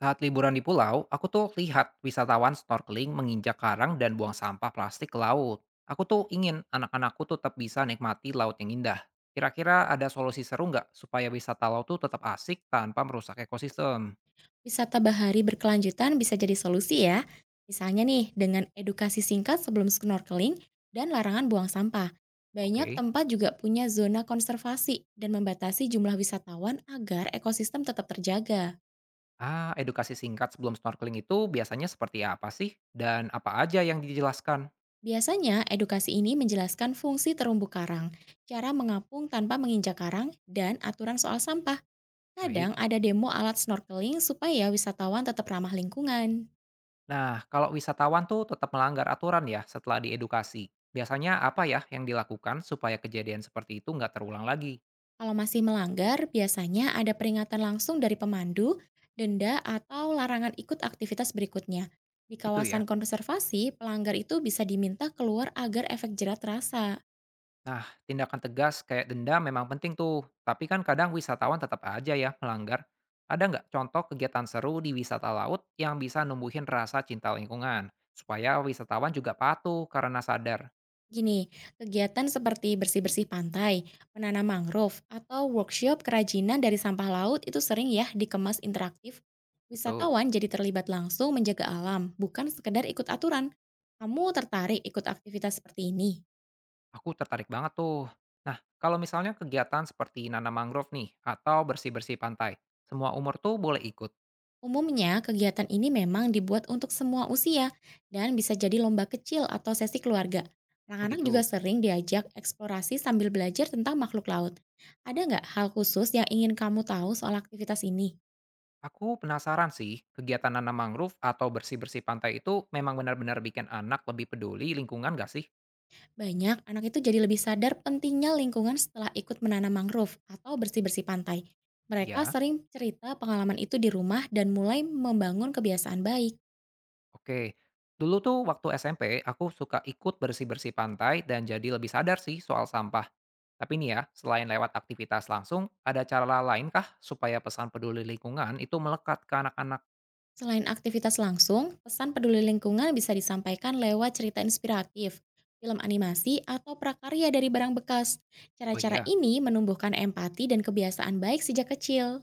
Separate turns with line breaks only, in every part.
Saat liburan di pulau, aku tuh lihat wisatawan snorkeling menginjak karang dan buang sampah plastik ke laut. Aku tuh ingin anak-anakku tetap bisa nikmati laut yang indah. Kira-kira ada solusi seru nggak supaya wisata laut tuh tetap asik tanpa merusak ekosistem?
Wisata bahari berkelanjutan bisa jadi solusi ya. Misalnya nih, dengan edukasi singkat sebelum snorkeling dan larangan buang sampah. Banyak
Oke.
tempat juga punya zona konservasi dan membatasi jumlah wisatawan agar ekosistem tetap terjaga.
Edukasi singkat sebelum snorkeling itu biasanya seperti apa sih? Dan apa aja yang dijelaskan?
Biasanya, edukasi ini menjelaskan fungsi terumbu karang, cara mengapung tanpa menginjak karang, dan aturan soal sampah. Kadang
Baik.
ada demo alat snorkeling supaya wisatawan tetap ramah lingkungan.
Nah, kalau wisatawan tuh tetap melanggar aturan ya setelah diedukasi. Biasanya apa ya yang dilakukan supaya kejadian seperti itu nggak terulang lagi?
Kalau masih melanggar, biasanya ada peringatan langsung dari pemandu, denda, atau larangan ikut aktivitas berikutnya. Di
Itu
kawasan
ya.
konservasi, pelanggar itu bisa diminta keluar agar efek jerat terasa.
Nah, tindakan tegas kayak denda memang penting tuh, tapi kan kadang wisatawan tetap aja ya melanggar. Ada nggak contoh kegiatan seru di wisata laut yang bisa numbuhin rasa cinta lingkungan, supaya wisatawan juga patuh karena sadar?
Gini, kegiatan seperti bersih-bersih pantai, menanam mangrove, atau workshop kerajinan dari sampah laut itu sering ya dikemas interaktif.
Betul,
Wisatawan jadi terlibat langsung menjaga alam, bukan sekedar ikut aturan. Kamu tertarik ikut aktivitas seperti ini?
aku tertarik banget tuh. Nah, kalau misalnya kegiatan seperti nanam mangrove nih, atau bersih-bersih pantai, semua umur tuh boleh ikut.
Umumnya, kegiatan ini memang dibuat untuk semua usia dan bisa jadi lomba kecil atau sesi keluarga.
Oh
Anak-anak juga
gitu.
sering diajak eksplorasi sambil belajar tentang makhluk laut. Ada nggak hal khusus yang ingin kamu tahu soal aktivitas ini?
Aku penasaran sih, kegiatan nanam mangrove atau bersih-bersih pantai itu memang benar-benar bikin anak lebih peduli lingkungan nggak sih?
Banyak anak itu jadi lebih sadar pentingnya lingkungan setelah ikut menanam mangrove atau bersih-bersih pantai. Mereka
Ya.
sering cerita pengalaman itu di rumah dan mulai membangun kebiasaan baik.
Oke, dulu tuh waktu SMP aku suka ikut bersih-bersih pantai dan jadi lebih sadar sih soal sampah. Tapi nih ya, selain lewat aktivitas langsung, ada cara lain kah supaya pesan peduli lingkungan itu melekat ke anak-anak?
Selain aktivitas langsung, pesan peduli lingkungan bisa disampaikan lewat cerita inspiratif, film animasi, atau prakarya dari barang bekas.
Oh
Cara-cara
iya,
ini menumbuhkan empati dan kebiasaan baik sejak kecil.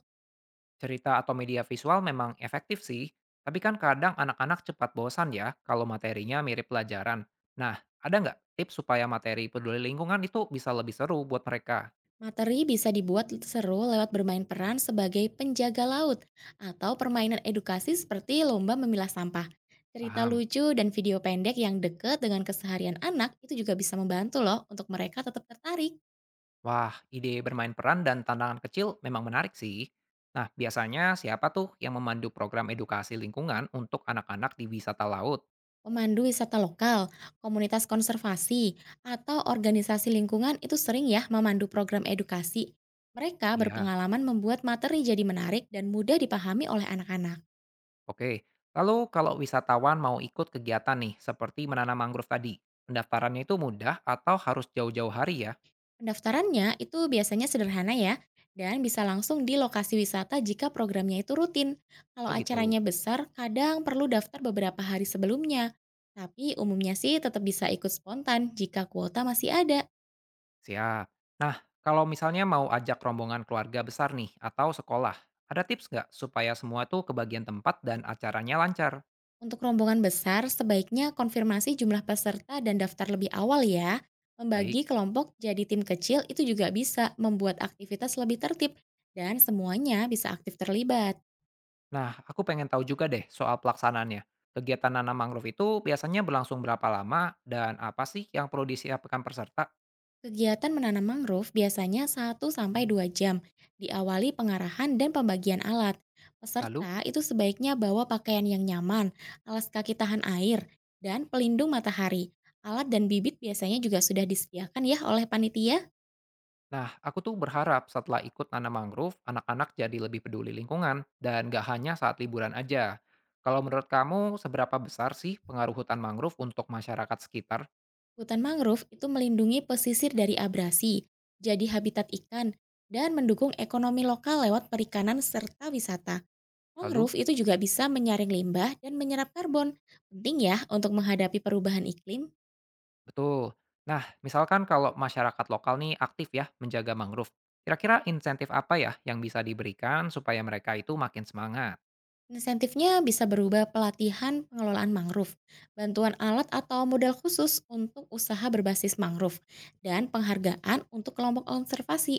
cerita atau media visual memang efektif sih, tapi kan kadang anak-anak cepat bosan ya kalau materinya mirip pelajaran. Nah, ada nggak tips supaya materi peduli lingkungan itu bisa lebih seru buat mereka?
Materi bisa dibuat seru lewat bermain peran sebagai penjaga laut atau permainan edukasi seperti lomba memilah sampah. Cerita
Paham?
lucu dan video pendek yang dekat dengan keseharian anak itu juga bisa membantu loh untuk mereka tetap tertarik.
Wah, ide bermain peran dan tantangan kecil memang menarik sih. Nah, biasanya siapa tuh yang memandu program edukasi lingkungan untuk anak-anak di wisata laut?
Pemandu wisata lokal, komunitas konservasi, atau organisasi lingkungan itu sering ya memandu program edukasi. Mereka
Iya,
berpengalaman membuat materi jadi menarik dan mudah dipahami oleh anak-anak.
oke. Lalu kalau wisatawan mau ikut kegiatan nih, seperti menanam mangrove tadi, pendaftarannya itu mudah atau harus jauh-jauh hari ya?
Pendaftarannya itu biasanya sederhana ya, dan bisa langsung di lokasi wisata jika programnya itu rutin. Kalau
Oh gitu.
acaranya besar, kadang perlu daftar beberapa hari sebelumnya. Tapi umumnya sih tetap bisa ikut spontan jika kuota masih ada.
Siap. Nah, kalau misalnya mau ajak rombongan keluarga besar nih, atau sekolah, ada tips nggak supaya semua tuh kebagian tempat dan acaranya lancar?
Untuk rombongan besar, sebaiknya konfirmasi jumlah peserta dan daftar lebih awal ya.
Baik.
Membagi kelompok jadi tim kecil itu juga bisa membuat aktivitas lebih tertib dan semuanya bisa aktif terlibat.
Nah, aku pengen tahu juga deh soal pelaksanaannya. Kegiatan nanam mangrove itu biasanya berlangsung berapa lama dan apa sih yang perlu disiapkan peserta?
Kegiatan menanam mangrove biasanya 1 sampai 2 jam, diawali pengarahan dan pembagian alat.
Lalu,
Peserta itu sebaiknya bawa pakaian yang nyaman, alas kaki tahan air, dan pelindung matahari. Alat dan bibit biasanya juga sudah disediakan ya oleh panitia.
nah aku tuh berharap setelah ikut nanam mangrove, anak-anak jadi lebih peduli lingkungan dan gak hanya saat liburan aja. Kalau menurut kamu, seberapa besar sih pengaruh hutan mangrove untuk masyarakat sekitar?
Hutan mangrove itu melindungi pesisir dari abrasi, jadi habitat ikan, dan mendukung ekonomi lokal lewat perikanan serta wisata.
Lalu,
Mangrove itu juga bisa menyaring limbah dan menyerap karbon. Penting ya untuk menghadapi perubahan iklim.
betul. Nah, misalkan kalau masyarakat lokal nih aktif ya menjaga mangrove, kira-kira insentif apa ya yang bisa diberikan supaya mereka itu makin semangat?
Insentifnya bisa berubah pelatihan pengelolaan mangrove, bantuan alat atau modal khusus untuk usaha berbasis mangrove, dan penghargaan untuk kelompok konservasi.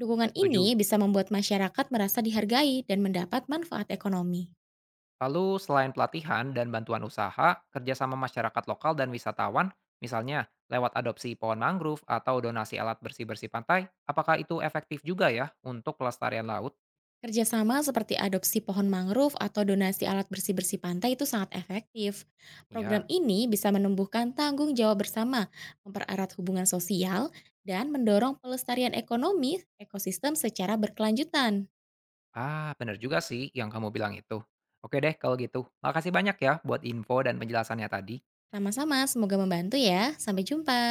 Dukungan ini
Setuju.
bisa membuat masyarakat merasa dihargai dan mendapat manfaat ekonomi.
Lalu selain pelatihan dan bantuan usaha, kerjasama masyarakat lokal dan wisatawan, misalnya lewat adopsi pohon mangrove atau donasi alat bersih-bersih pantai, apakah itu efektif juga ya untuk pelestarian laut?
Kerjasama seperti adopsi pohon mangrove atau donasi alat bersih-bersih pantai itu sangat efektif. Program
Ya,
ini bisa menumbuhkan tanggung jawab bersama, mempererat hubungan sosial, dan mendorong pelestarian ekonomi ekosistem secara berkelanjutan.
ah bener juga sih yang kamu bilang itu. Oke deh kalau gitu, makasih banyak ya buat info dan penjelasannya tadi.
Sama-sama, semoga membantu ya. Sampai jumpa.